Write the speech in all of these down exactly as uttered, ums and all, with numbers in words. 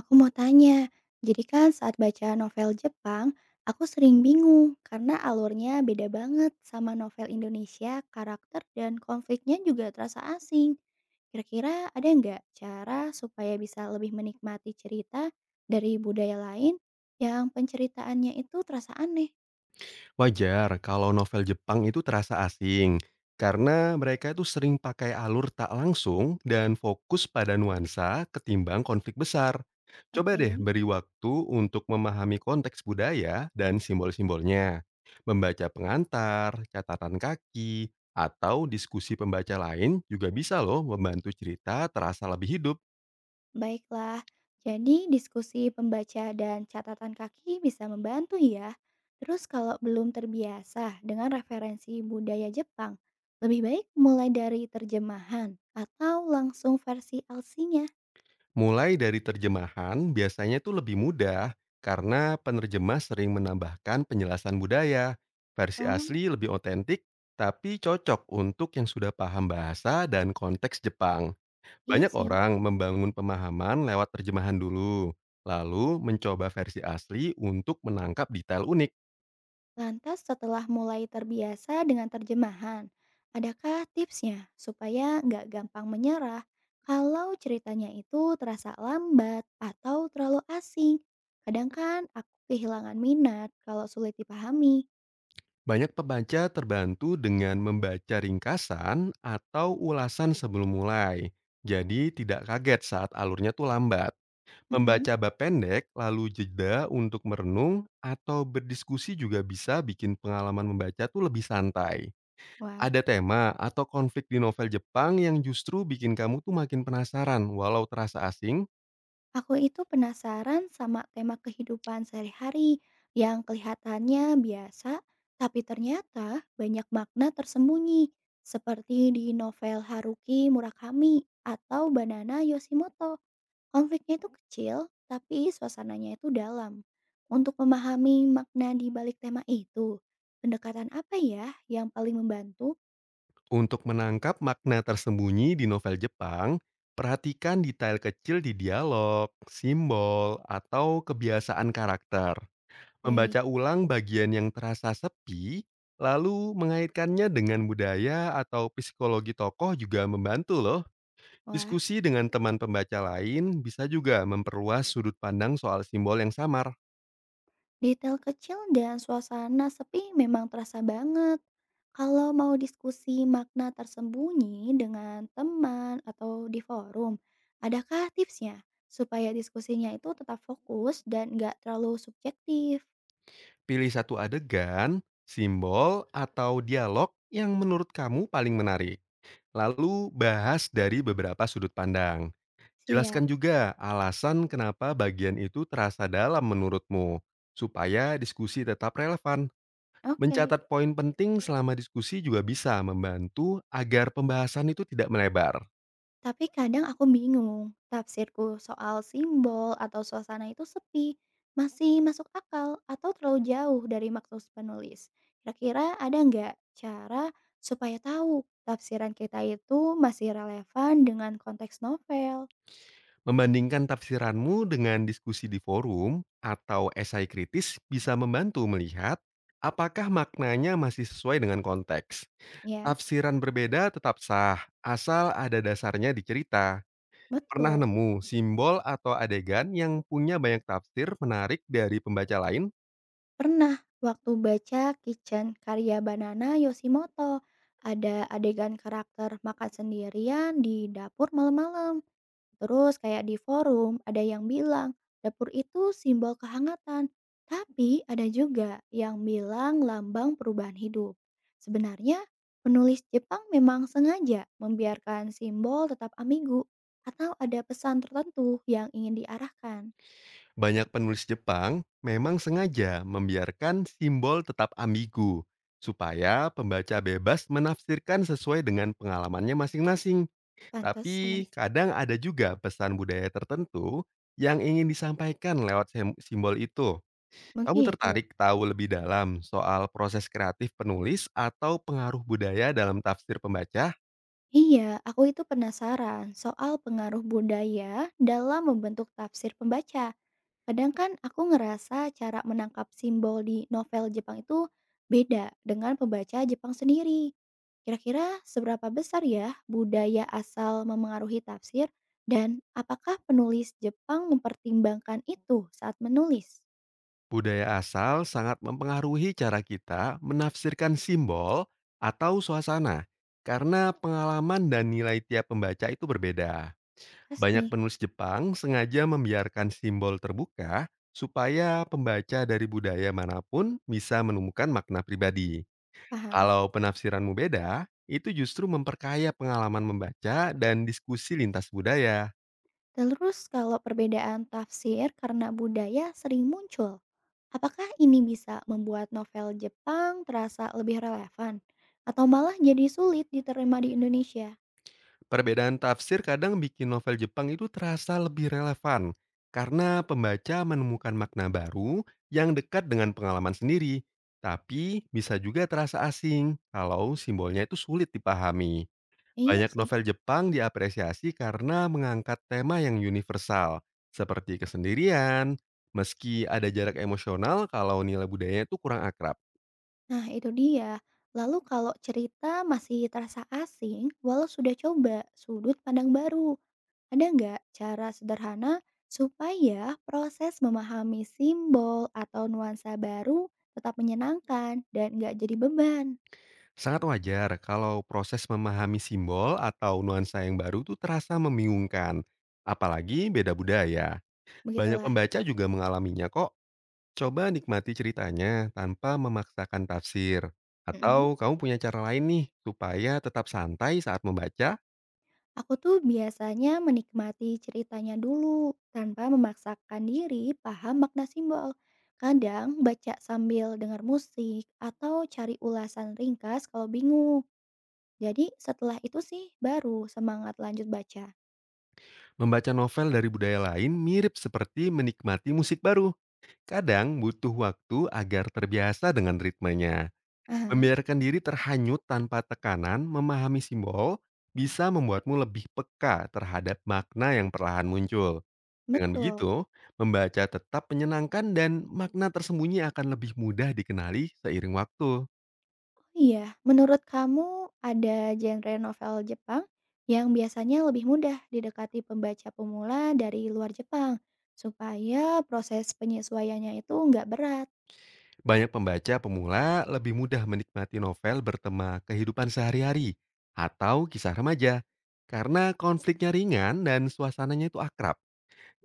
Aku mau tanya, jadi kan saat baca novel Jepang, aku sering bingung karena alurnya beda banget sama novel Indonesia, karakter dan konfliknya juga terasa asing. Kira-kira ada nggak cara supaya bisa lebih menikmati cerita dari budaya lain yang penceritaannya itu terasa aneh? Wajar kalau novel Jepang itu terasa asing, karena mereka itu sering pakai alur tak langsung dan fokus pada nuansa ketimbang konflik besar. Coba deh Oke. beri waktu untuk memahami konteks budaya dan simbol-simbolnya. Membaca pengantar, catatan kaki, atau diskusi pembaca lain juga bisa loh membantu cerita terasa lebih hidup. Baiklah, jadi diskusi pembaca dan catatan kaki bisa membantu ya. Terus kalau belum terbiasa dengan referensi budaya Jepang, lebih baik mulai dari terjemahan atau langsung versi L C-nya. Mulai dari terjemahan biasanya itu lebih mudah karena penerjemah sering menambahkan penjelasan budaya. Versi Oh, asli lebih otentik tapi cocok untuk yang sudah paham bahasa dan konteks Jepang. iya Banyak sih. orang membangun pemahaman lewat terjemahan dulu, lalu mencoba versi asli untuk menangkap detail unik. Lantas setelah mulai terbiasa dengan terjemahan, adakah tipsnya supaya nggak gampang menyerah kalau ceritanya itu terasa lambat atau terlalu asing? Kadang kan aku kehilangan minat kalau sulit dipahami. Banyak pembaca terbantu dengan membaca ringkasan atau ulasan sebelum mulai. Jadi tidak kaget saat alurnya tuh lambat. Mhm. Membaca bab pendek, lalu jeda untuk merenung atau berdiskusi juga bisa bikin pengalaman membaca tuh lebih santai. Wah. Ada tema atau konflik di novel Jepang yang justru bikin kamu tuh makin penasaran walau terasa asing. Aku itu penasaran sama tema kehidupan sehari-hari yang kelihatannya biasa, tapi ternyata banyak makna tersembunyi, seperti di novel Haruki Murakami atau Banana Yoshimoto. Konfliknya itu kecil, tapi suasananya itu dalam. Untuk memahami makna di balik tema itu, pendekatan apa ya yang paling membantu? Untuk menangkap makna tersembunyi di novel Jepang, perhatikan detail kecil di dialog, simbol, atau kebiasaan karakter. Baik, Membaca ulang bagian yang terasa sepi, lalu mengaitkannya dengan budaya atau psikologi tokoh juga membantu loh. wah. Diskusi dengan teman pembaca lain bisa juga memperluas sudut pandang soal simbol yang samar. Detail kecil dan suasana sepi memang terasa banget. Kalau mau diskusi makna tersembunyi dengan teman atau di forum, adakah tipsnya supaya diskusinya itu tetap fokus dan nggak terlalu subjektif? Pilih satu adegan, simbol, atau dialog yang menurut kamu paling menarik. Lalu bahas dari beberapa sudut pandang. Siap, Jelaskan juga alasan kenapa bagian itu terasa dalam menurutmu, supaya diskusi tetap relevan. oke. Mencatat poin penting selama diskusi juga bisa membantu agar pembahasan itu tidak melebar. Tapi kadang aku bingung, tafsirku soal simbol atau suasana itu sepi, masih masuk akal atau terlalu jauh dari maksud penulis. Kira-kira ada nggak cara supaya tahu tafsiran kita itu masih relevan dengan konteks novel? Membandingkan tafsiranmu dengan diskusi di forum atau esai kritis bisa membantu melihat apakah maknanya masih sesuai dengan konteks. Ya, Tafsiran berbeda tetap sah, asal ada dasarnya di cerita. Pernah betul. nemu simbol atau adegan yang punya banyak tafsir menarik dari pembaca lain? Pernah waktu baca Kitchen karya Banana Yoshimoto, ada adegan karakter makan sendirian di dapur malam-malam. Terus kayak di forum ada yang bilang dapur itu simbol kehangatan, tapi ada juga yang bilang lambang perubahan hidup. Sebenarnya penulis Jepang memang sengaja membiarkan simbol tetap ambigu atau ada pesan tertentu yang ingin diarahkan. Banyak penulis Jepang memang sengaja membiarkan simbol tetap ambigu, supaya pembaca bebas menafsirkan sesuai dengan pengalamannya masing-masing. Pantesan. Tapi kadang ada juga pesan budaya tertentu yang ingin disampaikan lewat sem- simbol itu. Kamu Begitu. tertarik tahu lebih dalam soal proses kreatif penulis atau pengaruh budaya dalam tafsir pembaca? Iya, aku itu penasaran soal pengaruh budaya dalam membentuk tafsir pembaca. Kadang kan aku ngerasa cara menangkap simbol di novel Jepang itu beda dengan pembaca Jepang sendiri. Kira-kira seberapa besar ya budaya asal memengaruhi tafsir dan apakah penulis Jepang mempertimbangkan itu saat menulis? Budaya asal sangat mempengaruhi cara kita menafsirkan simbol atau suasana, karena pengalaman dan nilai tiap pembaca itu berbeda. Banyak Pasti, penulis Jepang sengaja membiarkan simbol terbuka supaya pembaca dari budaya manapun bisa menemukan makna pribadi. paham. Kalau penafsiranmu beda, itu justru memperkaya pengalaman membaca dan diskusi lintas budaya. Terus kalau perbedaan tafsir karena budaya sering muncul, apakah ini bisa membuat novel Jepang terasa lebih relevan atau malah jadi sulit diterima di Indonesia? Perbedaan tafsir kadang bikin novel Jepang itu terasa lebih relevan karena pembaca menemukan makna baru yang dekat dengan pengalaman sendiri, tapi bisa juga terasa asing kalau simbolnya itu sulit dipahami. Iya Banyak sih. novel Jepang diapresiasi karena mengangkat tema yang universal, seperti kesendirian, meski ada jarak emosional kalau nilai budayanya itu kurang akrab. Nah, itu dia. Lalu kalau cerita masih terasa asing, walau sudah coba sudut pandang baru, ada nggak cara sederhana supaya proses memahami simbol atau nuansa baru tetap menyenangkan dan nggak jadi beban? Sangat wajar kalau proses memahami simbol atau nuansa yang baru itu terasa membingungkan, apalagi beda budaya. Banyak Begitulah. pembaca juga mengalaminya kok. Coba nikmati ceritanya tanpa memaksakan tafsir. Mm-mm. Atau kamu punya cara lain nih supaya tetap santai saat membaca. Aku tuh biasanya menikmati ceritanya dulu, tanpa memaksakan diri paham makna simbol. Kadang baca sambil dengar musik atau cari ulasan ringkas kalau bingung. Jadi setelah itu sih baru semangat lanjut baca. Membaca novel dari budaya lain mirip seperti menikmati musik baru. Kadang butuh waktu agar terbiasa dengan ritmenya. Aha, Membiarkan diri terhanyut tanpa tekanan, memahami simbol, bisa membuatmu lebih peka terhadap makna yang perlahan muncul. Dengan betul. begitu, membaca tetap menyenangkan dan makna tersembunyi akan lebih mudah dikenali seiring waktu. Oh iya, menurut kamu ada genre novel Jepang yang biasanya lebih mudah didekati pembaca pemula dari luar Jepang supaya proses penyesuaiannya itu nggak berat. Banyak pembaca pemula lebih mudah menikmati novel bertema kehidupan sehari-hari atau kisah remaja karena konfliknya ringan dan suasananya itu akrab.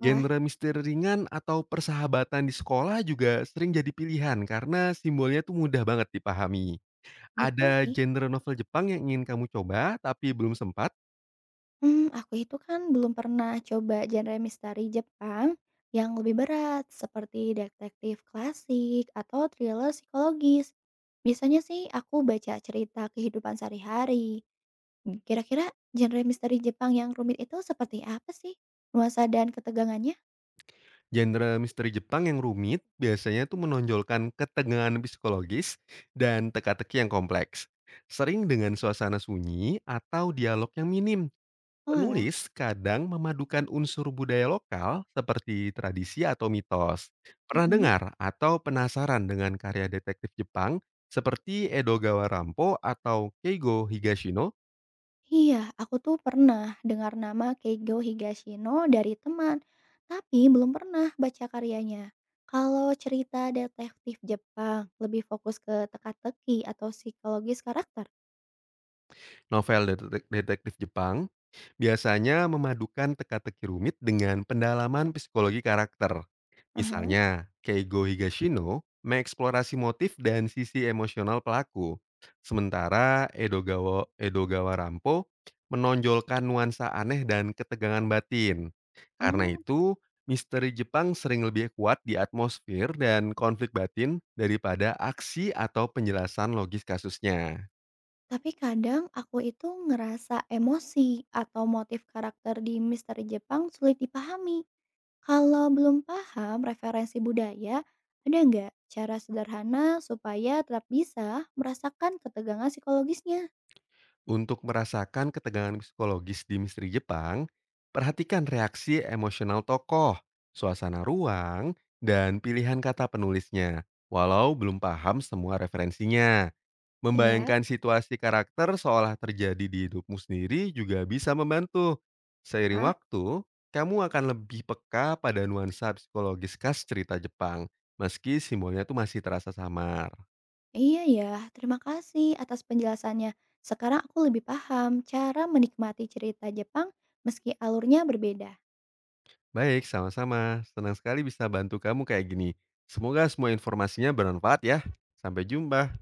Wah, misteri ringan atau persahabatan di sekolah juga sering jadi pilihan karena simbolnya tuh mudah banget dipahami. betul Ada sih. genre novel Jepang yang ingin kamu coba tapi belum sempat, hmm aku itu kan belum pernah coba genre misteri Jepang yang lebih berat, seperti detektif klasik atau thriller psikologis. Biasanya sih aku baca cerita kehidupan sehari-hari. Kira-kira genre misteri Jepang yang rumit itu seperti apa sih nuansa dan ketegangannya? genre misteri Jepang yang rumit biasanya tuh menonjolkan ketegangan psikologis dan teka-teki yang kompleks. Sering dengan suasana sunyi atau dialog yang minim. Oalah, Penulis kadang memadukan unsur budaya lokal seperti tradisi atau mitos. Pernah mhm. dengar atau penasaran dengan karya detektif Jepang seperti Edogawa Rampo atau Keigo Higashino, Iya, aku tuh pernah dengar nama Keigo Higashino dari teman, tapi belum pernah baca karyanya. Kalau cerita detektif Jepang lebih fokus ke teka-teki atau psikologis karakter. novel detek- detektif Jepang, biasanya memadukan teka-teki rumit dengan pendalaman psikologi karakter. Aha. Misalnya, Keigo Higashino mengeksplorasi motif dan sisi emosional pelaku, sementara Edogawa, Edogawa Rampo menonjolkan nuansa aneh dan ketegangan batin. Karena Oh, itu, misteri Jepang sering lebih kuat di atmosfer dan konflik batin daripada aksi atau penjelasan logis kasusnya. tapi kadang aku itu ngerasa emosi atau motif karakter di misteri Jepang sulit dipahami. Kalau belum paham referensi budaya, ada nggak cara sederhana supaya tetap bisa merasakan ketegangan psikologisnya? Untuk merasakan ketegangan psikologis di misteri Jepang, perhatikan reaksi emosional tokoh, suasana ruang, dan pilihan kata penulisnya. Walau belum paham semua referensinya, Siap. membayangkan situasi karakter seolah terjadi di hidupmu sendiri juga bisa membantu. Seiring Wah, waktu, kamu akan lebih peka pada nuansa psikologis khas cerita Jepang, meski simbolnya tuh masih terasa samar. iya ya. Terima kasih atas penjelasannya. Sekarang aku lebih paham cara menikmati cerita Jepang meski alurnya berbeda. Baik, sama-sama. Senang sekali bisa bantu kamu kayak gini. Semoga semua informasinya bermanfaat ya. Sampai jumpa.